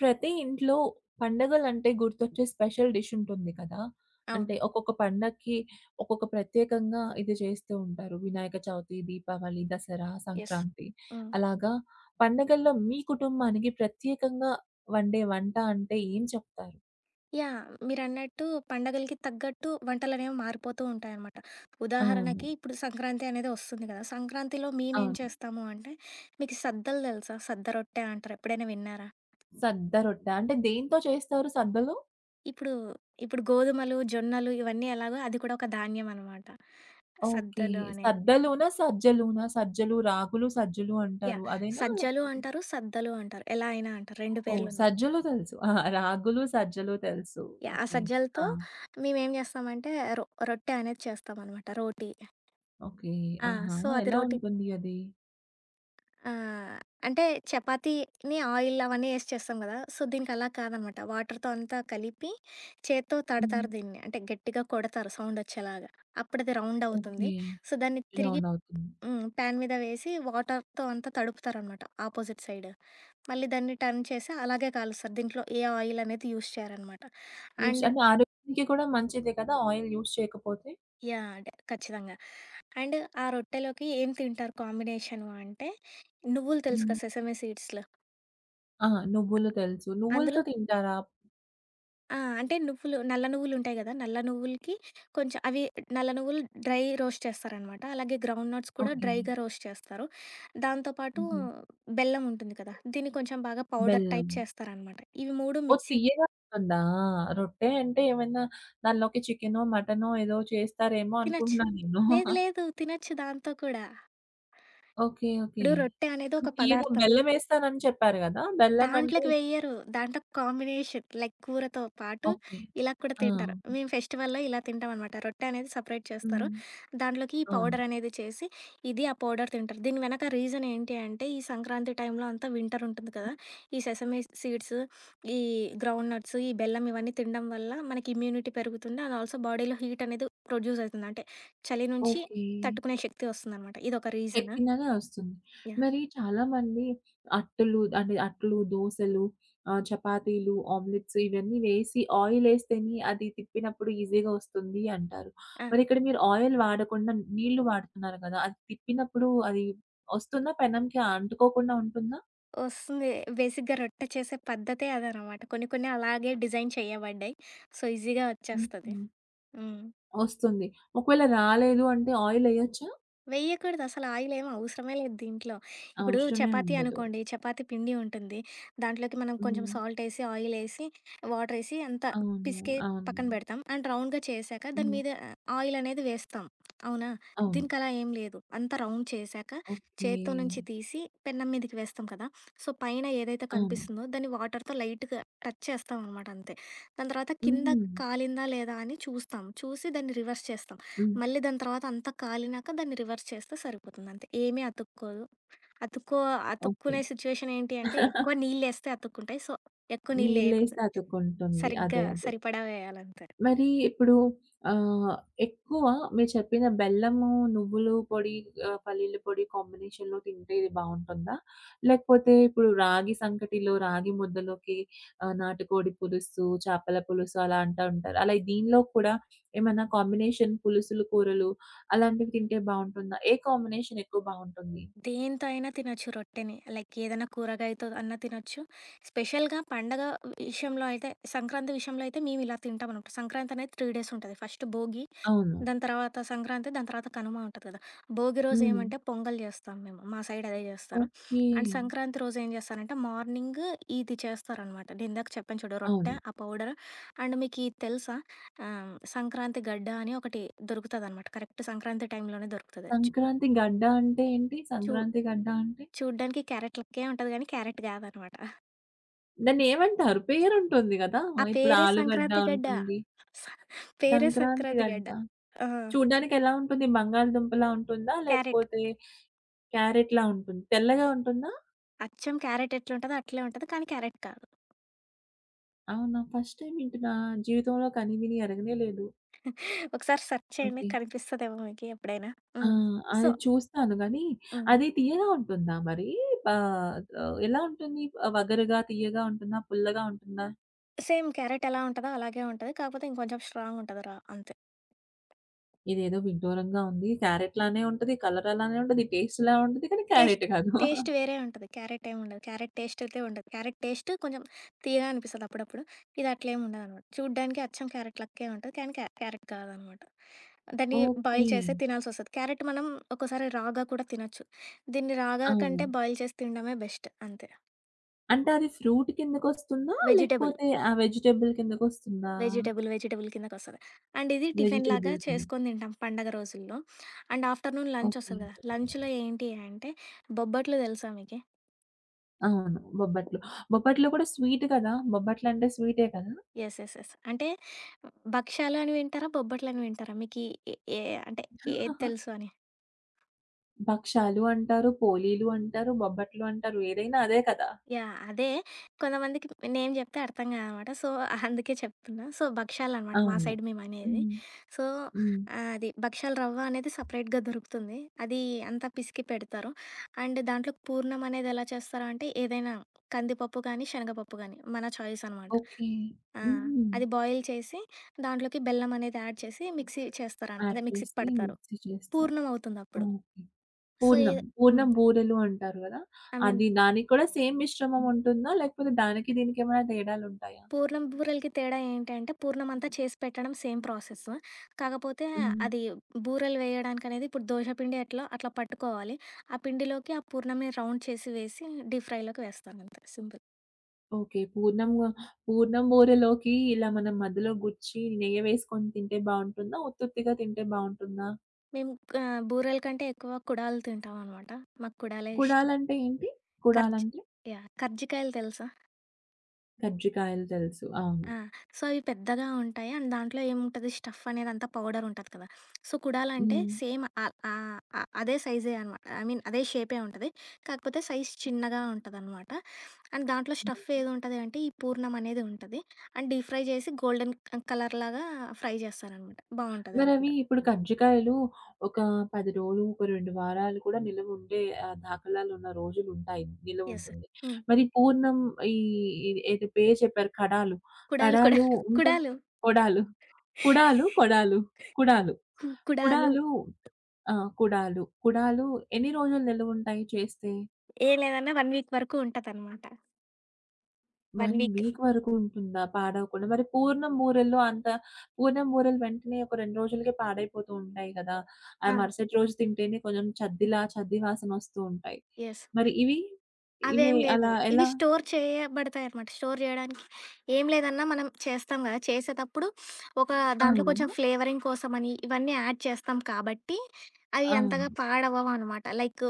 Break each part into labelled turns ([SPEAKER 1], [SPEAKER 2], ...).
[SPEAKER 1] ప్రతి ఇంట్లో పండగలంటే గుర్తొచ్చే స్పెషల్ డిష్ ఉంటుంది కదా! అంటే
[SPEAKER 2] అవును.
[SPEAKER 1] ఒక్కొక్క పండక్కి ఒక్కొక్క ప్రత్యేకంగా ఇది చేస్తూ ఉంటారు. వినాయక చవితి, దీపావళి, దసరా,
[SPEAKER 2] యెస్.
[SPEAKER 1] సంక్రాంతి.
[SPEAKER 2] హ్మ్.
[SPEAKER 1] అలాగా పండగల్లో మీ కుటుంబానికి ప్రత్యేకంగా వండే వంట అంటే ఏం చెప్తారు?
[SPEAKER 2] యాహ్! మీరన్నట్టు పండగలకి తగ్గట్టు వంటలనేవి మారిపోతూ ఉంటాయనమాట.
[SPEAKER 1] అవును.
[SPEAKER 2] ఉదాహరణకి ఇప్పుడు సంక్రాంతి అనేది వస్తుంది కదా! సంక్రాంతిలో మేమేం
[SPEAKER 1] అవును.
[SPEAKER 2] చేస్తాము అంటే మీకు సద్దలు తెలుసా? సద్ద రొట్టె అంటారు. ఎప్పుడైనా విన్నారా?
[SPEAKER 1] సద్ద రొట్టె. అంటే దేనితో చేస్తారు సద్దలు?
[SPEAKER 2] ఇప్పుడు ఇప్పుడు గోధుమలు, జొన్నలు ఇవన్నీ ఎలాగో అది కూడా ఒక ధాన్యం అనమాట.
[SPEAKER 1] ఓకే.
[SPEAKER 2] సద్దలు అనేది.
[SPEAKER 1] సద్దలునా? సజ్జలునా? సజ్జలు, రాగులు, సజ్జలు
[SPEAKER 2] యాహ్!
[SPEAKER 1] అంటారు అదేనా?
[SPEAKER 2] సజ్జలు
[SPEAKER 1] లేకపోతే
[SPEAKER 2] అంటారు. సద్దలు అంటారు. ఎలా అయినా అంటారు. 2
[SPEAKER 1] ఓహ్!
[SPEAKER 2] పేర్లున్నాయి.
[SPEAKER 1] సజ్జలు తెలుసు. అహా! రాగులు, సజ్జలు తెలుసు.
[SPEAKER 2] ఆ
[SPEAKER 1] ఓకే. ఓకే. ఆ!
[SPEAKER 2] సజ్జలతో మేమేం చేస్తామంటే రొట్టె అనేది చేస్తామనమాట. రోటీ.
[SPEAKER 1] ఓకే.
[SPEAKER 2] ఆ!
[SPEAKER 1] ఆహా!
[SPEAKER 2] సో, అది
[SPEAKER 1] ఎలా
[SPEAKER 2] రోటీ.
[SPEAKER 1] ఉంటుంది అది?
[SPEAKER 2] ఆ! అంటే చపాతీని ఆయిల్ అవన్నీ ఏసి చేస్తాం గదా! సో, దీనికలా కాదనమాట. వాటర్‌తో అంతా కలిపి చేత్తో
[SPEAKER 1] హ్మ్.
[SPEAKER 2] తడతారు దీన్ని. అంటే గట్టిగా కొడతారు సౌండొచ్చేలాగా. అప్పుడది రౌండవుతుంది.
[SPEAKER 1] ఓకే.
[SPEAKER 2] సో, దాన్ని తిరిగి
[SPEAKER 1] రౌండ్ అవుతుంది.
[SPEAKER 2] ప్యాన్ మీద వేసి వాటర్‌తో అంతా తడుపుతారనమాట ఆపోజిట్ సైడ్. మళ్ళీ దాన్ని టర్న్ చేసి అలాగే కాలుస్తారు. దీంట్లో ఏ ఆయిలనేది యూజ్ చేయరనమాట. హ్మ్.
[SPEAKER 1] యూజ్
[SPEAKER 2] అండ్
[SPEAKER 1] అంటే ఆరోగ్యానికి కూడా మంచిదే కదా! ఆయిల్ యూజ్ చేయకపోతే?
[SPEAKER 2] యాహ్! అంటే ఖచ్చితంగా. అండ్ ఆ రొట్టెలోకి ఏం తింటారు కాంబినేషను అంటే, నువ్వులు తెలుసు
[SPEAKER 1] హ్మ్.
[SPEAKER 2] కదా! సెసమే సీడ్స్‌లో
[SPEAKER 1] ఆ! నువ్వులు తెలుసు. నువ్వులతో
[SPEAKER 2] అందులో
[SPEAKER 1] తింటారా?
[SPEAKER 2] అంటే నువ్వులు, నల్ల నువ్వులుంటాయి గదా! నల్ల నువ్వులకి కొంచెం అవి నల్ల నువ్వులు డ్రై రోస్ట్ చేస్తారనమాట. అలాగే గ్రౌండ్ నట్స్ కూడా
[SPEAKER 1] ఓకే.
[SPEAKER 2] డ్రైగా రోస్ట్ చేస్తారు. దాంతో పాటు
[SPEAKER 1] హుహు.
[SPEAKER 2] బెల్లం ఉంటుంది కదా! దీన్ని కొంచెం బాగా పౌడర్
[SPEAKER 1] బెల్లం.
[SPEAKER 2] టైప్ చేస్తారనమాట. ఇవి 3
[SPEAKER 1] ఓహ్!
[SPEAKER 2] మిక్సీ
[SPEAKER 1] తియ్యగా ఉంటుందా? రొట్టె అంటే ఏమైనా దానిలోకి చికెనో, మటనో ఏదో చేస్తారేమో
[SPEAKER 2] తినొచ్చు.
[SPEAKER 1] అనుకుంటున్నా నేను.
[SPEAKER 2] లేదు లేదు. తినొచ్చు దాంతో కూడా.
[SPEAKER 1] ఓకే. ఓకే.
[SPEAKER 2] ఇప్పుడు రొట్టె అనేది
[SPEAKER 1] అది
[SPEAKER 2] ఒక
[SPEAKER 1] తియ్యగా
[SPEAKER 2] పదార్థం.
[SPEAKER 1] బెల్లమేస్తానని చెప్పారు గదా! బెల్లం అంటే
[SPEAKER 2] దాంట్లోకి వెయ్యరు. దాంట్లో కాంబినేషన్ లైక్ కూరతో పాటు
[SPEAKER 1] ఓకే.
[SPEAKER 2] ఇలా కూడా
[SPEAKER 1] ఆ!
[SPEAKER 2] తింటారు. మేము ఫెస్టివల్‌లో ఇలా తింటామనమాట. రొట్టె అనేది సెపరేట్ చేస్తారు.
[SPEAKER 1] హ్మ్.
[SPEAKER 2] దాంట్లోకి ఈ
[SPEAKER 1] అవును.
[SPEAKER 2] పౌడర్ అనేది చేసి, ఇది ఆ పౌడర్ తింటారు. దీని వెనక రీజన్ ఏంటి అంటే, ఈ సంక్రాంతి టైంలో అంతా వింటర్ ఉంటుంది కదా! ఈ సెసమీ సీడ్స్, ఈ గ్రౌండ్ నట్స్, ఈ బెల్లం ఇవన్నీ తినడం వల్ల మనకి ఇమ్యూనిటీ పెరుగుతుంది. అండ్ ఆల్సో బాడీలో హీట్ అనేది ప్రొడ్యూస్ అవుతుంది. అంటే చలి నుంచి
[SPEAKER 1] ఓకే.
[SPEAKER 2] తట్టుకునే శక్తి వస్తుందనమాట. ఇదొక రీజన్.
[SPEAKER 1] చెక్కినదే వస్తుంది.
[SPEAKER 2] యాహ్!
[SPEAKER 1] మరి చాలామంది అట్టలు అంటే అట్లు, దోసలు, చపాతీలు, ఆమ్లెట్స్ ఇవన్నీ వేసి ఆయిలేస్తేనే అది తిప్పినప్పుడు ఈజీగా వస్తుంది అంటారు.
[SPEAKER 2] ఆ!
[SPEAKER 1] మరి ఇక్కడ మీరు ఆయిల్ వాడకుండా నీళ్లు వాడుతున్నారు కదా! అది తిప్పినప్పుడు అది వస్తుందా? పెనంకి అంటుకోకుండా ఉంటుందా?
[SPEAKER 2] వస్తుంది. బేసిక్‌గా రొట్టె చేసే పద్ధతే అదనమాట. కొన్ని కొన్ని అలాగే డిజైన్ చేయబడ్డాయి. సో, ఈజీగా వచ్చేస్తది.
[SPEAKER 1] హుహు.
[SPEAKER 2] హ్మ్.
[SPEAKER 1] వస్తుంది. ఒకవేళ రాలేదు అంటే ఆయిలేయొచ్చా?
[SPEAKER 2] వేయకూడదు. అసలు ఆయిల్ ఏమి అవసరమే లేదు దీంట్లో. ఇప్పుడు
[SPEAKER 1] అవసరమే
[SPEAKER 2] చపాతీ
[SPEAKER 1] ఉండదు.
[SPEAKER 2] అనుకోండి, చపాతీ పిండి ఉంటుంది. దాంట్లోకి మనం కొంచెం
[SPEAKER 1] హ్మ్.
[SPEAKER 2] సాల్ట్ ఏసి, ఆయిల్ ఏసి, వాటర్ ఏసి అంతా
[SPEAKER 1] అవును.
[SPEAKER 2] పిసికి పక్కన
[SPEAKER 1] అవును.
[SPEAKER 2] పెడతాం. అండ్ రౌండ్‌గా చేశాక దాని
[SPEAKER 1] హ్మ్.
[SPEAKER 2] మీద ఆయిల్ అనేది వేస్తాం. అవునా?
[SPEAKER 1] అవును.
[SPEAKER 2] దీనికి అలా ఏం లేదు. అంతా రౌండ్ చేశాక
[SPEAKER 1] ఓకే.
[SPEAKER 2] చేత్తో నుంచి తీసి పెన్నం మీదకి వేస్తాం కదా! సో, పైన ఏదైతే
[SPEAKER 1] అవును.
[SPEAKER 2] కనిపిస్తుందో దాన్ని వాటర్‌తో లైట్‌గా టచ్ చేస్తామనమాట అంతే. దాని తర్వాత కింద
[SPEAKER 1] హుహు.
[SPEAKER 2] కాలిందా లేదా అని చూస్తాం. చూసి దాన్ని రివర్స్ చేస్తాం.
[SPEAKER 1] హ్మ్.
[SPEAKER 2] మళ్ళీ దాని తర్వాత అంతా కాలినాక దాన్ని రివర్స్ చేస్తే సరిపోతుంది అంతే. ఏమీ అతుక్కోదు. అతుక్కో
[SPEAKER 1] ఓకే.
[SPEAKER 2] అతుక్కునే సిచ్యువేషన్ ఏంటి అంటే ఎక్కువ నీళ్ళేస్తే అతుక్కుంటాయి. సో, ఎక్కువ
[SPEAKER 1] నీళ్ళేసి
[SPEAKER 2] నీళ్ళేయకుండా
[SPEAKER 1] అతుక్కుంటుంది.
[SPEAKER 2] సరిగ్గా
[SPEAKER 1] అదే. అదే.
[SPEAKER 2] సరిపడా వేయాలంతే.
[SPEAKER 1] మరి ఇప్పుడు ఆహ్, ఎక్కువ మీరు చెప్పిన బెల్లము, నువ్వులు పొడి పల్లీల పొడి కాంబినేషన్‌లో తింటే ఇది బావుంటుందా? లేకపోతే ఇప్పుడు రాగి సంకటిలో, రాగి ముద్దలోకి నాటుకోడి పులుసు, చేపల పులుసు అలా అంటా ఉంటారు. అలా దీనిలో కూడా ఏమైనా కాంబినేషన్ పులుసులు, కూరలు అలాంటివి తింటే బావుంటుందా? ఏ కాంబినేషన్ ఎక్కువ బావుంటుంది?
[SPEAKER 2] దేంతో అయినా తినొచ్చు రొట్టెని. లైక్ ఏదైనా కూరగాయతో అన్నా తినొచ్చు. స్పెషల్‌గా పండగ విషయంలో అయితే సంక్రాంతి విషయంలో అయితే మేము ఇలా తింటామనమాట. సంక్రాంతి అనేది 3 డేస్ ఉంటది. ఫస్ట్ భోగి.
[SPEAKER 1] అవును.
[SPEAKER 2] దాని తర్వాత సంక్రాంతి, దాని తర్వాత కనుమ ఉంటది కదా! భోగి రోజు
[SPEAKER 1] హ్మ్.
[SPEAKER 2] ఏమంటే పొంగల్ చేస్తాం మేము. మా సైడ్ అదే చేస్తారు.
[SPEAKER 1] ఓకే.
[SPEAKER 2] అండ్ సంక్రాంతి రోజు ఏం చేస్తారంటే మార్నింగ్ ఇది చేస్తారనమాట. నేనిందాక చెప్పాను చూడు రొట్టె,
[SPEAKER 1] అవును.
[SPEAKER 2] ఆ పౌడర్. అండ్ మీకిది తెలుసా? సంక్రాంతి గడ్డ అని ఒకటి దొరుకుతదనమాట. కరెక్ట్ సంక్రాంతి టైంలోనే దొరుకుతది. చు
[SPEAKER 1] సంక్రాంతి గడ్డ అంటే ఏంటి?
[SPEAKER 2] చూ
[SPEAKER 1] సంక్రాంతి గడ్డ అంటే?
[SPEAKER 2] చూడ్డానికి క్యారెట్ లెక్కే ఉంటది గానీ క్యారెట్ కాదనమాట.
[SPEAKER 1] దాన్నేమంటారు? పేరుంటుంది గదా!
[SPEAKER 2] ఆ
[SPEAKER 1] ఇప్పుడు
[SPEAKER 2] పేరే
[SPEAKER 1] ఆలుగడ్డ
[SPEAKER 2] సంక్రాంతి గడ్డ.
[SPEAKER 1] ఉంటుంది.
[SPEAKER 2] స పేరే
[SPEAKER 1] సంక్రాంతి
[SPEAKER 2] సంక్రాంతి
[SPEAKER 1] గడ్డ.
[SPEAKER 2] గడ్డ. ఆ!
[SPEAKER 1] చూడ్డానికెలా ఉంటుంది? బంగాళదుంపలా ఉంటుందా?
[SPEAKER 2] క్యారెట్.
[SPEAKER 1] లేకపోతే క్యారెట్‌లా ఉంటుంది. తెల్లగా ఉంటుందా?
[SPEAKER 2] అచ్చం క్యారెట్ ఎట్లుంటదో అట్లే ఉంటది. కానీ క్యారెట్ కాదు.
[SPEAKER 1] అవునా? ఫస్ట్ టైమ్ వింటున్నా. జీవితంలో కని విని ఎరగనే లేదు.
[SPEAKER 2] ఒకసారి సెర్చ్ చేయండి
[SPEAKER 1] ఓకే.
[SPEAKER 2] కనిపిస్తదేమో మీకు ఎప్పుడైనా.
[SPEAKER 1] ఆ!
[SPEAKER 2] హ్మ్. సో
[SPEAKER 1] అది చూస్తాను గానీ,
[SPEAKER 2] హ్మ్. హ్మ్.
[SPEAKER 1] అది తియ్యగా ఉంటుందా మరి? పా ఎలా ఉంటుంది? వగరుగా, తియ్యగా ఉంటుందా? పుల్లగా ఉంటుందా?
[SPEAKER 2] సేమ్ క్యారెట్ ఎలా ఉంటదో అలాగే ఉంటది. కాకపోతే ఇంకొంచెం స్ట్రాంగ్ ఉంటది రా అంతే.
[SPEAKER 1] ఇదేదో విడ్డూరంగా ఉంది. క్యారెట్ లానే ఉంటది. కలర్ అలానే ఉంటది. టేస్ట్ ఇలా ఉంటది. కానీ
[SPEAKER 2] టేస్ట్
[SPEAKER 1] క్యారెట్ కాదు.
[SPEAKER 2] టేస్ట్ వేరే ఉంటది. క్యారెట్ ఏముండదు. క్యారెట్ టేస్ట్ అయితే ఉండదు. క్యారెట్ టేస్ట్ కొంచెం తియ్యగా అనిపిస్తది అప్పుడప్పుడు. ఇది అట్లేం ఉండదనమాట. చూడ్డానికి అచ్చం క్యారెట్ లెక్కే ఉంటది. కానీ క్యారెట్ కాదనమాట. దాన్ని
[SPEAKER 1] ఓకే.
[SPEAKER 2] బాయిల్ చేసే తినాల్సొస్తది. క్యారెట్ మనం ఒక్కోసారి రాగా కూడా తినొచ్చు. దీన్ని రాగా
[SPEAKER 1] అవును.
[SPEAKER 2] కంటే బాయిల్ చేసి తినడమే బెస్ట్ అంతే.
[SPEAKER 1] అంటే అది ఫ్రూట్ కిందకొస్తుందా?
[SPEAKER 2] వెజిటబుల్.
[SPEAKER 1] లేకపోతే ఆ వెజిటబుల్ కిందకొస్తుందా?
[SPEAKER 2] వెజిటబుల్ కిందకొస్తది. అండ్ ఇది టిఫిన్‌లాగా
[SPEAKER 1] వెజిటబుల్ కింద.
[SPEAKER 2] చేసుకొని తింటాం పండగ రోజుల్లో. And afternoon
[SPEAKER 1] okay.
[SPEAKER 2] లంచొస్తది గదా! లంచ్‌లో ఏంటి అంటే బొబ్బట్లు తెలుసా మీకి?
[SPEAKER 1] అవును. బొబ్బట్లు. బొబ్బట్లు కూడా స్వీట్ కదా! బొబ్బట్లంటే స్వీటే కదా!
[SPEAKER 2] యెస్. అంటే భక్షాలు అని వింటారా? బొబ్బట్లు అని వింటారా? మీకి ఏ ఏ అంటే ఏది
[SPEAKER 1] ఆహా!
[SPEAKER 2] తెలుసు అని?
[SPEAKER 1] భక్షాలు అంటారు. పోలీలు అంటారు. బొబ్బట్లు అంటారు. ఏదైనా అదే కదా!
[SPEAKER 2] అదే కొంతమందికి నేమ్ జెప్తే అర్థం కాదనమాట. సో, అందుకే చెప్తున్నా. సో, భక్షాలనమాట మా
[SPEAKER 1] అవును.
[SPEAKER 2] సైడ్ మేమనేది.
[SPEAKER 1] హ్మ్.
[SPEAKER 2] సో,
[SPEAKER 1] హ్మ్.
[SPEAKER 2] అది భక్షాలు రవ్వ అనేది సపరేట్‌గా దొరుకుతుంది. అది అంతా పిసికి పెడతారు. అండ్ దాంట్లో పూర్ణం అనేది ఎలా చేస్తారు అంటే ఏదైనా కందిపప్పు గానీ, శనగపప్పు గానీ మన చాయిస్ అనమాట.
[SPEAKER 1] ఓకే.
[SPEAKER 2] ఆ!
[SPEAKER 1] హుహు.
[SPEAKER 2] అది బాయిల్ చేసి దాంట్లోకి బెల్లం అనేది యాడ్ చేసి మిక్సీ చేస్తారన్
[SPEAKER 1] యాడ్
[SPEAKER 2] అదే మిక్సీకి
[SPEAKER 1] చేసి
[SPEAKER 2] పడతారు.
[SPEAKER 1] మిక్సీ చేస్తారు.
[SPEAKER 2] పూర్ణం అవుతుందప్పుడు.
[SPEAKER 1] ఓకే.
[SPEAKER 2] సో,
[SPEAKER 1] పూర్ణం.
[SPEAKER 2] ఏదో హ్మ్.
[SPEAKER 1] పూర్ణం బూరెలు అంటారు గదా!
[SPEAKER 2] ఐ మీన్
[SPEAKER 1] అది దానికి కూడా సేమ్ మిశ్రమం ఉంటుందా? లేకపోతే దానికి దీనికేమైనా తేడాలుంటాయా?
[SPEAKER 2] పూర్ణం బూరెలకి తేడా ఏంటంటే, పూర్ణం అంతా చేసి పెట్టడం సేమ్ ప్రాసెస్. కాకపోతే
[SPEAKER 1] హ్మ్.
[SPEAKER 2] అది బూరెలు వేయడానికనేది ఇప్పుడు దోస పిండి ఎట్లో అట్లా పట్టుకోవాలి. ఆ పిండిలోకి ఆ పూర్ణంని రౌండ్ చేసి వేసి డీప్ ఫ్రైలోకి వేస్తానంతే సింపుల్.
[SPEAKER 1] ఓకే. పూర్ణం పూర్ణం బూరెలోకి ఇలా మనం మధ్యలో గుచ్చి నెయ్యి వేసుకొని తింటే బావుంటుందా? ఉత్తుత్తిగా తింటే బావుంటుందా?
[SPEAKER 2] మేము బూరెల కంటే ఎక్కువ కుడాలు తింటామనమాట. మాకు కుడాలే ఇష్టం.
[SPEAKER 1] కుడాలంటే ఏంటి?
[SPEAKER 2] కర్జ్
[SPEAKER 1] కుడాలంటే?
[SPEAKER 2] యాహ్! కర్జికాయలు తెలుసా?
[SPEAKER 1] కజ్జికాయలు తెలుసు. అవును.
[SPEAKER 2] ఆ! సో, అవి పెద్దగా ఉంటాయి. అండ్ దాంట్లో ఏముంటది స్టఫ్ అనేది అంతా పౌడర్ ఉంటది కదా! సో, కుడాలంటే
[SPEAKER 1] హ్మ్.
[SPEAKER 2] సేమ్ ఆహ్, ఆహ్, ఆహ్, అదే సైజే అనమాట. ఐ మీన్ అదే షేపే ఉంటది. కాకపోతే సైజ్ చిన్నగా ఉంటదనమాట. అండ్ దాంట్లో స్టఫ్ ఏదుంటది అంటే ఈ పూర్ణం అనేది ఉంటది. అండ్ డీప్ ఫ్రై చేసి గోల్డెన్ కలర్‌లాగా ఫ్రై చేస్తారనమాట. బావుంటదది
[SPEAKER 1] మరవి
[SPEAKER 2] కూడా.
[SPEAKER 1] ఇప్పుడు కజ్జికాయలు ఒక 10 రోజులు, ఒక 2 వారాలు కూడా నిలవుండే దాఖలాలున్న రోజులుంటాయి.
[SPEAKER 2] యెస్.
[SPEAKER 1] నిలవుంటుంది.
[SPEAKER 2] హ్మ్.
[SPEAKER 1] మరి పూర్ణం ఈ ఇది ఏదో పేరు చెప్పారు కడాలు.
[SPEAKER 2] కుడాలు, కుడాలు,
[SPEAKER 1] కడాలు ఉంటుం
[SPEAKER 2] కుడాలు,
[SPEAKER 1] కొడాలు. కుడాలు, కొడాలు, కుడాలు.
[SPEAKER 2] కుడాలు.
[SPEAKER 1] కుడాలు ఆ! కుడాలు. కుడాలు ఎన్ని రోజులు నిలవుంటాయి చేస్తే?
[SPEAKER 2] ఏం లేదన్నా 1 వీక్ వరకు ఉంటదనమాట.
[SPEAKER 1] 1
[SPEAKER 2] 1 వీక్.
[SPEAKER 1] వీక్ వరకు ఉంటుందా పాడవకుండా? మరి పూర్ణం బూరెలు అంత పూర్ణం బూరెలు వెంటనే ఒక 2 రోజులకే పాడైపోతూ ఉంటాయి కదా! ఆ
[SPEAKER 2] ఆ!
[SPEAKER 1] మరుసటి రోజు తింటేనే కొంచెం చద్దిలా చద్ది వాసన వస్తూ ఉంటాయి.
[SPEAKER 2] యెస్.
[SPEAKER 1] మరి ఇవి? ఇవి
[SPEAKER 2] అవేం లేదు.
[SPEAKER 1] అలా
[SPEAKER 2] ఇవి
[SPEAKER 1] ఎలా?
[SPEAKER 2] స్టోర్ చేయబడతాయనమాట. స్టోర్ జేయడానికి ఏం లేదన్నా మనం చేస్తాం గదా! చేసేతప్పుడు ఒక దాంట్లో
[SPEAKER 1] అవును.
[SPEAKER 2] కొంచెం ఫ్లేవరింగ్ కోసమని ఇవన్నీ యాడ్ చేస్తాం కాబట్టి, అవి అంతగా
[SPEAKER 1] అవును.
[SPEAKER 2] పాడవ్వవనమాట. లైక్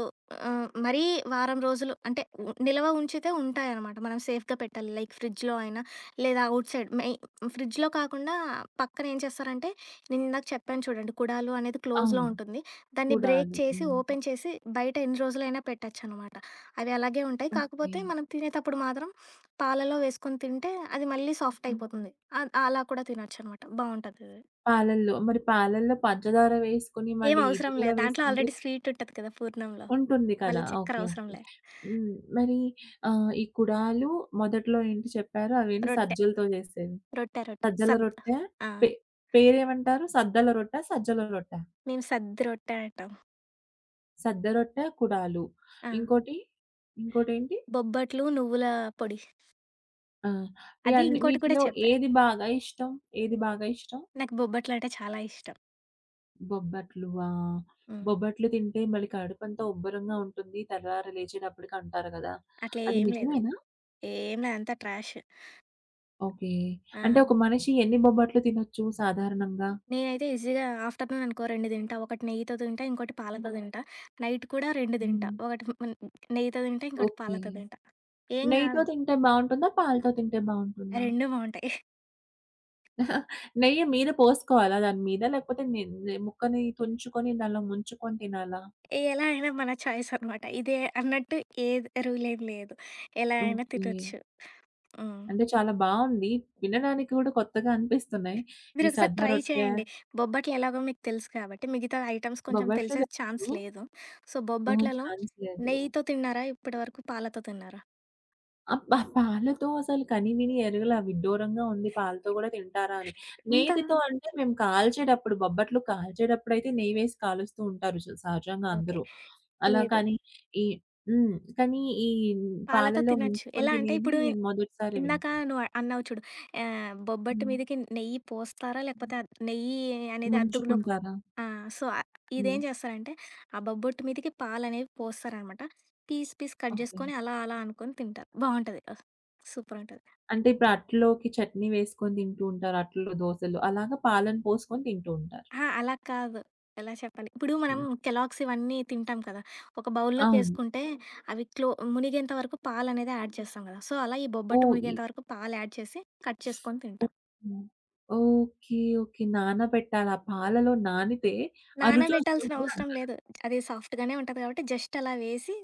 [SPEAKER 2] మరీ వారం రోజులు అంటే నిల్వ ఉంచితే ఉంటాయనమాట. మనం సేఫ్‌గా పెట్టాలి. లైక్ ఫ్రిడ్జ్‌లో అయినా, లేదా ఔట్ సైడ్ మెయి ఫ్రిడ్జ్‌లో కాకుండా పక్కన ఏం చేస్తారంటే, నేనిందాక చెప్పాను చూడండి కుడాలు అనేది క్లోజ్‌లో
[SPEAKER 1] అవును.
[SPEAKER 2] ఉంటుంది. దాన్ని బ్రేక్
[SPEAKER 1] కుడాలు.
[SPEAKER 2] చేసి,
[SPEAKER 1] హ్మ్.
[SPEAKER 2] ఓపెన్ చేసి బయట ఎన్ని రోజులైనా పెట్టొచ్చనమాట. అవి అలాగే ఉంటాయి.
[SPEAKER 1] ఓకే.
[SPEAKER 2] కాకపోతే మనం తినేతప్పుడు మాత్రం పాలలో వేసుకొని తింటే అది మళ్ళీ సాఫ్ట్ అయిపోతుంది. అలా కూడా తినొచ్చనమాట. బావుంటదది.
[SPEAKER 1] పాలల్లో మరి పాలల్లో పంచదార వేసుకొని
[SPEAKER 2] ఏం
[SPEAKER 1] మళ్ళీ ఇది
[SPEAKER 2] అవసరం లే.
[SPEAKER 1] కూడా
[SPEAKER 2] దాంట్లో
[SPEAKER 1] వేసుకుంటే
[SPEAKER 2] ఆల్రెడీ స్వీట్ ఉంటది కదా! పూర్ణంలో.
[SPEAKER 1] ఉంటుంది కదా!
[SPEAKER 2] మళ్ళీ చక్కెర
[SPEAKER 1] ఓకే.
[SPEAKER 2] అవసరం
[SPEAKER 1] ఓకే.
[SPEAKER 2] లే.
[SPEAKER 1] హ్మ్. మరి ఈ కుడాలు మొదట్లో ఏంటి చెప్పారు? అవేంటి
[SPEAKER 2] రొట్టె.
[SPEAKER 1] సజ్జలతో చేసేవి.
[SPEAKER 2] రొట్టె, రొట్టె.
[SPEAKER 1] సజ్జల
[SPEAKER 2] సద్
[SPEAKER 1] రొట్టె
[SPEAKER 2] ఆ!
[SPEAKER 1] పే పేరేమంటారు? సద్దల రొట్టె, సజ్జల రొట్టె.
[SPEAKER 2] మేము సద్ది రొట్టె అంటాం.
[SPEAKER 1] సద్ద రొట్టె, కుడాలు.
[SPEAKER 2] ఆ!
[SPEAKER 1] ఇంకోటి? ఇంకోటేంటి?
[SPEAKER 2] బొబ్బట్లు, నువ్వుల పొడి.
[SPEAKER 1] ఆ! ఈ
[SPEAKER 2] అది
[SPEAKER 1] అన్ని
[SPEAKER 2] ఇంకోటి కూడా
[SPEAKER 1] వీటిలో
[SPEAKER 2] చెప్పా.
[SPEAKER 1] ఏది బాగా ఇష్టం? ఏది బాగా ఇష్టం?
[SPEAKER 2] నాకు బొబ్బట్లు అంటే చాలా ఇష్టం.
[SPEAKER 1] బొబ్బట్లువా?
[SPEAKER 2] హ్మ్.
[SPEAKER 1] బొబ్బట్లు తింటే మళ్ళీ కడుపంతా ఉబ్బరంగా ఉంటుంది. తెల్లారి లేచేటప్పటికి అంటారు కదా!
[SPEAKER 2] అట్లా
[SPEAKER 1] అది
[SPEAKER 2] ఏం లేదు.
[SPEAKER 1] నిజమేనా?
[SPEAKER 2] ఏం లేదు. అంతా ట్రాష్.
[SPEAKER 1] ఓకే.
[SPEAKER 2] ఆ!
[SPEAKER 1] అంటే ఒక మనిషి ఎన్ని బొబ్బట్లు తినొచ్చు సాధారణంగా?
[SPEAKER 2] నేనైతే ఈజీగా ఆఫ్టర్‌నూన్ అనుకో 2 తింటా. ఒకటి నెయ్యితో తింటా, ఇంకోటి పాలతో తింటా. నైట్ కూడా 2 తింటా.
[SPEAKER 1] హ్మ్.
[SPEAKER 2] ఒకటి నెయ్యితో తింటా, ఇంకోటి
[SPEAKER 1] ఓకే.
[SPEAKER 2] పాలతో తింటా. ఏం
[SPEAKER 1] నెయ్యితో
[SPEAKER 2] కాదు.
[SPEAKER 1] తింటే బావుంటుందా? పాలతో తింటే బావుంటుందా?
[SPEAKER 2] 2 బావుంటాయి.
[SPEAKER 1] నెయ్యి మీద పోసుకోవాలా దాని మీద? లేకపోతే నె నె ముక్కని తుంచుకొని దానిలో ముంచుకొని తినాలా?
[SPEAKER 2] ఎలా అయినా మన చాయిస్ అనమాట. ఇదే అన్నట్టు ఏది రూల్ ఏం లేదు. ఎలా అయినా
[SPEAKER 1] ఓకే.
[SPEAKER 2] తినొచ్చు. హ్మ్.
[SPEAKER 1] అంటే చాలా బావుంది. వినడానికి కూడా కొత్తగా అనిపిస్తున్నాయి. ఈ
[SPEAKER 2] మీరొకసారి
[SPEAKER 1] సద్ద
[SPEAKER 2] ట్రై
[SPEAKER 1] రొట్టె,
[SPEAKER 2] చేయండి. బొబ్బట్లు ఎలాగో మీకు తెలుసు కాబట్టి, మిగతా ఐటెమ్స్ కొంచెం
[SPEAKER 1] బొబ్బట్లు
[SPEAKER 2] తెలిసే ఛాన్స్
[SPEAKER 1] తెలుసు.
[SPEAKER 2] లేదు. సో,
[SPEAKER 1] ఆ!
[SPEAKER 2] బొబ్బట్లలో
[SPEAKER 1] ఛాన్స్ లేదు.
[SPEAKER 2] నెయ్యితో తిన్నారా? ఇప్పటి వరకు పాలతో తిన్నారా?
[SPEAKER 1] అబ్బా! పాలతో అసలు కనీవినీ ఎరుగలా విడ్డూరంగా ఉంది పాలతో గూడా తింటారా అని.
[SPEAKER 2] అంతా
[SPEAKER 1] నేతితో అంటే మేము కాల్చేటప్పుడు బొబ్బట్లు కాల్చేటప్పుడైతే నెయ్యి వేసి కాలుస్తూ ఉంటారు సహజంగా
[SPEAKER 2] ఓకే.
[SPEAKER 1] అందరూ. అలా
[SPEAKER 2] లేదు.
[SPEAKER 1] కానీ ఈ హ్మ్. కానీ ఈ
[SPEAKER 2] పాలతో
[SPEAKER 1] పాలల్లో
[SPEAKER 2] తినొచ్చు.
[SPEAKER 1] ముంచుకొని
[SPEAKER 2] ఎలా అంటే
[SPEAKER 1] తినేది
[SPEAKER 2] ఇప్పుడు
[SPEAKER 1] నేను మొదటిసారే
[SPEAKER 2] ఇందాక
[SPEAKER 1] వింటున్నా.
[SPEAKER 2] నువ్వు అన్నావు చూడు. బొబ్బట్టు
[SPEAKER 1] హ్మ్.
[SPEAKER 2] మీదకి నెయ్యి పోస్తారా? లేకపోతే నెయ్యి అనేది అద్దుకులో
[SPEAKER 1] ముంచుకుంటారా?
[SPEAKER 2] ఆ! సో,
[SPEAKER 1] హ్మ్.
[SPEAKER 2] ఇదేం చేస్తారంటే, ఆ బొబ్బట్టు మీదకి పాలనేవి పోస్తారనమాట. Piece piece cut
[SPEAKER 1] okay.
[SPEAKER 2] చేసుకొని అలా అలా అనుకొని తింటారు. బావుంటది. సూపరుంటది.
[SPEAKER 1] అంటే ఇప్పుడు అట్లలోకి చట్నీ వేసుకొని తింటూ ఉంటారు. అట్లలో దోసలు అలాగా పాలను పోసుకొని తింటూ ఉంటారు.
[SPEAKER 2] అహా! అలా కాదు. ఎలా చెప్పాలి? ఇప్పుడు మనం
[SPEAKER 1] హ్మ్.
[SPEAKER 2] కెలాగ్స్ ఇవన్నీ తింటాం కదా! ఒక
[SPEAKER 1] అవును.
[SPEAKER 2] బౌల్‌లోకేసుకుంటే అవి మునిగేంత వరకు పాలనేది యాడ్ చేస్తాం కదా! సో, అలా ఈ బొబ్బట్టు
[SPEAKER 1] ఓహ్! ఇ
[SPEAKER 2] మునిగేంత వరకు పాలు యాడ్ చేసి కట్ చేసుకొని తింటాం.
[SPEAKER 1] ఓహో! ఓకే. ఓకే. నానబెట్టాలా? పాలలో నానితే ఆ
[SPEAKER 2] నానబెట్టాల్సిన
[SPEAKER 1] రుచొస్తుంది
[SPEAKER 2] అవసరం
[SPEAKER 1] అంటారు.
[SPEAKER 2] లేదు. అది సాఫ్ట్‌గానే ఉంటది కాబట్టి జస్ట్ అలా వేసి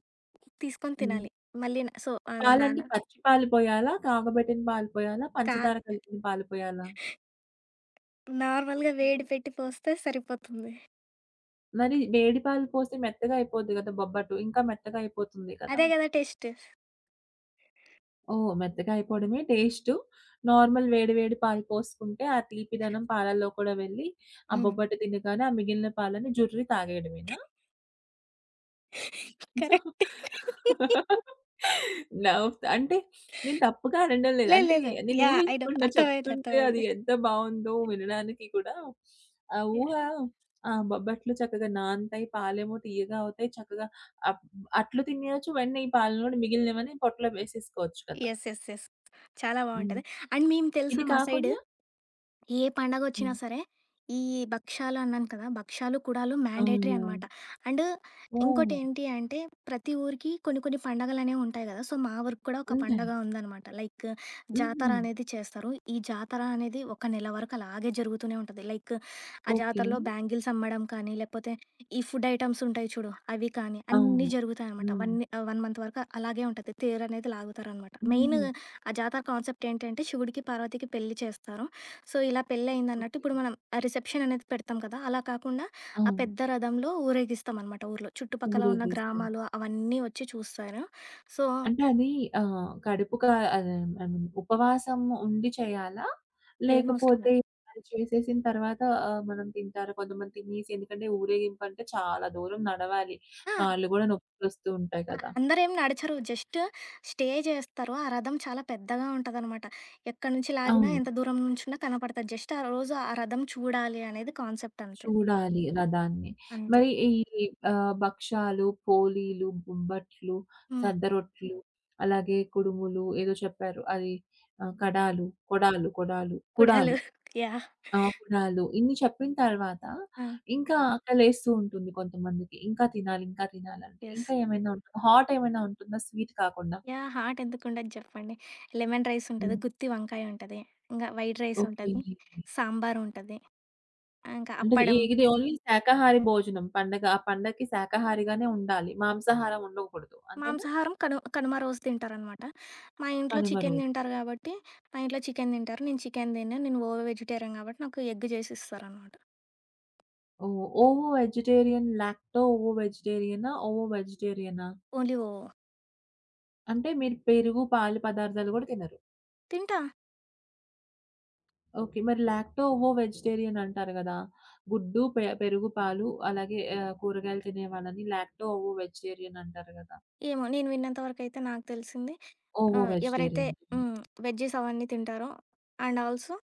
[SPEAKER 2] తీసుకొని
[SPEAKER 1] హ్మ్.
[SPEAKER 2] తినాలి. మళ్ళీ న సో ఆహ్, నాన
[SPEAKER 1] పాలంటే పచ్చి పాలు పోయాలా? కాగబెట్టిన పాలు పోయాలా?
[SPEAKER 2] కా
[SPEAKER 1] పంచదార కలిపిన పాలు పోయాలా?
[SPEAKER 2] నార్మల్‌గా వేడి పెట్టి పోస్తే సరిపోతుంది.
[SPEAKER 1] మరి వేడి పాలు పోస్తే మెత్తగా అయిపోద్ది కదా! బొబ్బట్టు. ఇంకా మెత్తగా అయిపోతుంది కదా!
[SPEAKER 2] అదే గదా టేస్ట్.
[SPEAKER 1] ఓహ్! మెత్తగా అయిపోవడమే టేస్టు. నార్మల్ వేడి వేడి పాలు పోసుకుంటే ఆ తీపిదనం పాలల్లో కూడా వెళ్ళి, ఆ
[SPEAKER 2] హ్మ్.
[SPEAKER 1] బొబ్బట్టు తినగానే ఆ మిగిలిన పాలని జుర్రి తాగేయడమేనా? So
[SPEAKER 2] correct.
[SPEAKER 1] నవ్వు అంటే నేను తప్పుగా అనడం లేదు.
[SPEAKER 2] లేదు
[SPEAKER 1] అంటే
[SPEAKER 2] లేదు.
[SPEAKER 1] నేను
[SPEAKER 2] ఐ నో
[SPEAKER 1] ఊహించకుండా
[SPEAKER 2] అర్థమైంది.
[SPEAKER 1] చెప్తుంటే అది
[SPEAKER 2] అర్థమైంది.
[SPEAKER 1] ఎంత బావుందో వినడానికి కూడా. ఆ ఊహ
[SPEAKER 2] యెస్.
[SPEAKER 1] ఆ! బొబ్బట్లు చక్కగా నానతాయి, పాలేమో తియ్యగా అవుతాయి. చక్కగా అప్ అట్లు తినేయొచ్చు. వెంటనే ఈ పాలను కూడా మిగిలినవని పొట్టలో వేసేసుకోవచ్చు కదా!
[SPEAKER 2] యెస్. చాలా
[SPEAKER 1] హ్మ్.
[SPEAKER 2] బావుంటది. అండ్ మేము
[SPEAKER 1] ఇది
[SPEAKER 2] తెలుసా మా సైడ్
[SPEAKER 1] కాకుండా
[SPEAKER 2] ఏ పండగొచ్చినా
[SPEAKER 1] హ్మ్.
[SPEAKER 2] సరే, ఈ భక్షాలు అన్నాను కదా! భక్షాలు, కుడాలు మ్యాండేటరీ
[SPEAKER 1] అవును.
[SPEAKER 2] అనమాట. అండ్
[SPEAKER 1] ఓహ్!
[SPEAKER 2] ఇంకోటేంటి అంటే, ప్రతి ఊరికి కొన్ని కొన్ని పండగలనేవి ఉంటాయి గదా! సో, మా ఊరికి కూడా ఒక
[SPEAKER 1] ఉంటాయి.
[SPEAKER 2] పండగ ఉందనమాట. లైక్
[SPEAKER 1] హుహు.
[SPEAKER 2] జాతర అనేది చేస్తారు. ఈ జాతర అనేది ఒక నెల వరకు అలాగే జరుగుతూనే ఉంటది. లైక్ ఆ
[SPEAKER 1] ఓకే.
[SPEAKER 2] జాతరలో బ్యాంగిల్స్ అమ్మడం కానీ, లేకపోతే ఈ ఫుడ్ ఐటెమ్స్ ఉంటాయి చూడు, అవి కానీ అన్నీ
[SPEAKER 1] అవును.
[SPEAKER 2] జరుగుతాయనమాట.
[SPEAKER 1] హ్మ్.
[SPEAKER 2] 1 మంత్ వరకు అలాగే ఉంటది. తేరనేది లాగుతారనమాట. మెయిన్
[SPEAKER 1] హుహు.
[SPEAKER 2] ఆ జాతర కాన్సెప్ట్ ఏంటంటే, శివుడికి, పార్వతికి పెళ్లి చేస్తారు. సో, ఇలా పెళ్లయిందన్నట్టు
[SPEAKER 1] ఓకే.
[SPEAKER 2] ఇప్పుడు మనం ఆ రిసెప్షన్ అనేది పెడతాం కదా! అలా కాకుండా ఆ
[SPEAKER 1] అవును.
[SPEAKER 2] పెద్ద రథంలో ఊరేగిస్తామనమాట ఊర్లో. చుట్టుపక్కల ఉన్న
[SPEAKER 1] ఊరేగిస్తారు.
[SPEAKER 2] గ్రామాలు అవన్నీ వచ్చి చూస్తారు. సో,
[SPEAKER 1] అంటే అది ఆహ్, కడుపుక అదే ఐ మీన్ ఉపవాసం ఉండి చేయాలా?
[SPEAKER 2] ఏమవసరం
[SPEAKER 1] లేకపోతే
[SPEAKER 2] లేదు.
[SPEAKER 1] అది చేసేసిన తర్వాత మనం తింటారా? కొంతమంది తినేసి ఎందుకంటే ఊరేగింపంటే చాలా దూరం నడవాలి.
[SPEAKER 2] ఆ!
[SPEAKER 1] కాళ్ళు గూడా నొప్పులొస్తూ ఉంటాయి కదా!
[SPEAKER 2] అందరేం నడచరు. జస్ట్ స్టే చేస్తారు. ఆ రథం చాలా పెద్దగా ఉంటదనమాట. ఎక్కడి నుంచి లాగినా,
[SPEAKER 1] అవును.
[SPEAKER 2] ఎంత దూరం నుంచున్నా కనపడతది. జస్ట్ ఆ రోజు ఆ రథం చూడాలి అనేది కాన్సెప్ట్ అంతే.
[SPEAKER 1] చూడాలి రథాన్ని.
[SPEAKER 2] అంతే.
[SPEAKER 1] మరి ఈ భక్షాలు, పోలీలు, బొబ్బట్లు,
[SPEAKER 2] హ్మ్.
[SPEAKER 1] సద్దరొట్లు, అలాగే కుడుములు ఏదో చెప్పారు. అది కడాలు, కొడాలు, కొడాలు,
[SPEAKER 2] కుడాలు.
[SPEAKER 1] కుడాలు.
[SPEAKER 2] యాహ్!
[SPEAKER 1] ఆ! అప్పుడాలు. ఇన్ని చెప్పిన తర్వాత
[SPEAKER 2] ఆ!
[SPEAKER 1] ఇంకా ఆకలేస్తూ ఉంటుంది కొంతమందికి. ఇంకా తినాలి, ఇంకా తినాలంటే.
[SPEAKER 2] యెస్.
[SPEAKER 1] ఇంకా ఏమైనా ఉంటుందా? హాట్ ఏమైనా ఉంటుందా స్వీట్ కాకుండా?
[SPEAKER 2] హాట్ ఎందుకుండదు జెప్పండి. లెమన్ రైస్ ఉంటది,
[SPEAKER 1] హ్మ్.
[SPEAKER 2] గుత్తి వంకాయ ఉంటది, ఇంగా వైట్ రైస్
[SPEAKER 1] ఓకే.
[SPEAKER 2] ఉంటది, సాంబార్ ఉంటది, ఇంకా
[SPEAKER 1] అంటే
[SPEAKER 2] అప్పడం.
[SPEAKER 1] ఇది ఓన్లీ శాకాహారి భోజనం. పండగ ఆ పండగకి శాకాహారిగానే ఉండాలి. మాంసాహారం ఉండకూడదు. అంతేనా?
[SPEAKER 2] మాంసాహారం కనుమ రోజు తింటారనమాట. మా ఇంట్లో
[SPEAKER 1] కనుమ
[SPEAKER 2] చికెన్
[SPEAKER 1] రోజు.
[SPEAKER 2] తింటారు గాబట్టి, మా ఇంట్లో చికెన్ తింటారు. నేను చికెన్ తినను. నేను ఓ వెజిటేరియన్ గాబట్టి నాకు ఎగ్ చేసిస్తారనమాట.
[SPEAKER 1] ఓహ్! ఓవో వెజిటేరియన్, లాక్టో ఓవో వెజిటేరియనా? ఓవో వెజిటేరియనా?
[SPEAKER 2] ఓన్లీ ఓ
[SPEAKER 1] అంటే మీరు పెరుగు, పాలు పదార్థాలు గూడా తినరు.
[SPEAKER 2] తింటా.
[SPEAKER 1] ఓకే. మరి లాక్టో ఓవో వెజిటేరియన్ అంటారు గదా! గుడ్డు, పెరుగు, పాలు అలాగే కూరగాయలు తినే వాళ్ళని లాక్టో ఓవో వెజిటేరియన్ అంటారు గదా!
[SPEAKER 2] ఏమో నేను విన్నంత వరకైతే నాకు తెలిసింది
[SPEAKER 1] ఓవో
[SPEAKER 2] ఎవరైతే
[SPEAKER 1] వెజిటేరియన్.
[SPEAKER 2] హ్మ్. వెజ్జీస్ అవన్నీ తింటారో అండ్ ఆల్సో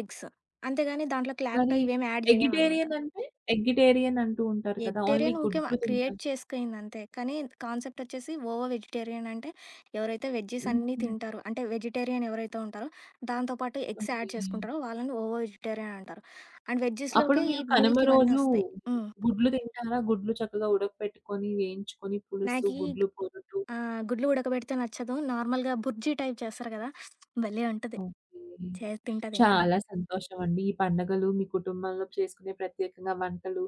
[SPEAKER 2] ఎగ్స్. అంతేగాని దాంట్లో క్లాక్టో
[SPEAKER 1] మరి
[SPEAKER 2] ఇవేమి యాడ్ జేయమనమాట.
[SPEAKER 1] ఎగిటేరియన్ అంటే? ఎగిటేరియన్ అంటూ ఉంటారు కదా! ఓన్లీ
[SPEAKER 2] ఎగ్‌టేరియన్ ఊకే
[SPEAKER 1] గుడ్లు
[SPEAKER 2] క్రియేట్
[SPEAKER 1] తింటారు.
[SPEAKER 2] చేసుకయిందంతే. కానీ కాన్సెప్ట్ వచ్చేసి ఓవో వెజిటేరియన్ అంటే ఎవరైతే వెజ్జీస్ అన్నీ
[SPEAKER 1] హుహు.
[SPEAKER 2] తింటారో, అంటే వెజిటేరియన్ ఎవరైతే ఉంటారో దాంతో పాటు ఎగ్స్
[SPEAKER 1] ఓకే.
[SPEAKER 2] యాడ్ చేసుకుంటారో వాళ్ళని ఓవో వెజిటేరియన్ అంటారు. అండ్
[SPEAKER 1] అప్పుడు
[SPEAKER 2] వెజ్జీస్‌లోకే ఈ
[SPEAKER 1] మీరు కనుమ
[SPEAKER 2] మిల్క్ ఇవన్నీ
[SPEAKER 1] రోజు
[SPEAKER 2] ఒస్తాయి. హ్మ్.
[SPEAKER 1] గుడ్లు తింటారా? గుడ్లు చక్కగా ఉడకపెట్టుకొని, వేయించుకొని పులుసు,
[SPEAKER 2] నాకీ
[SPEAKER 1] గుడ్లు పొరుటు.
[SPEAKER 2] గుడ్లు ఉడకబెడితే నచ్చదు. నార్మల్‌గా బుర్జీ టైప్ చేస్తారు గదా! భలే ఉంటది.
[SPEAKER 1] ఓకే.
[SPEAKER 2] చేసి తింటా.
[SPEAKER 1] చాలా సంతోషమండి. ఈ పండగలు మీ కుటుంబంలో చేసుకునే ప్రత్యేకంగా వంటలు,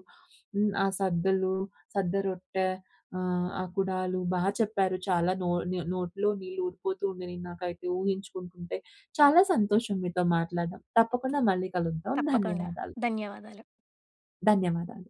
[SPEAKER 1] హ్మ్. ఆ సద్దలు, సద్ద రొట్టె, ఆ కుడాలు చెప్పారు. చాలా నో ని నోట్లో నీళ్ళు ఊరిపోతూ ఉండినియి నాకైతే ఊహించుకుంటుంటే. చాలా సంతోషం మీతో మాట్లాడడం. తప్పకుండా మళ్ళీ కలుద్దాం.
[SPEAKER 2] తప్పకుండా.
[SPEAKER 1] ధన్యవాదాలు.
[SPEAKER 2] ధన్యవాదాలు.
[SPEAKER 1] ధన్యవాదాలు.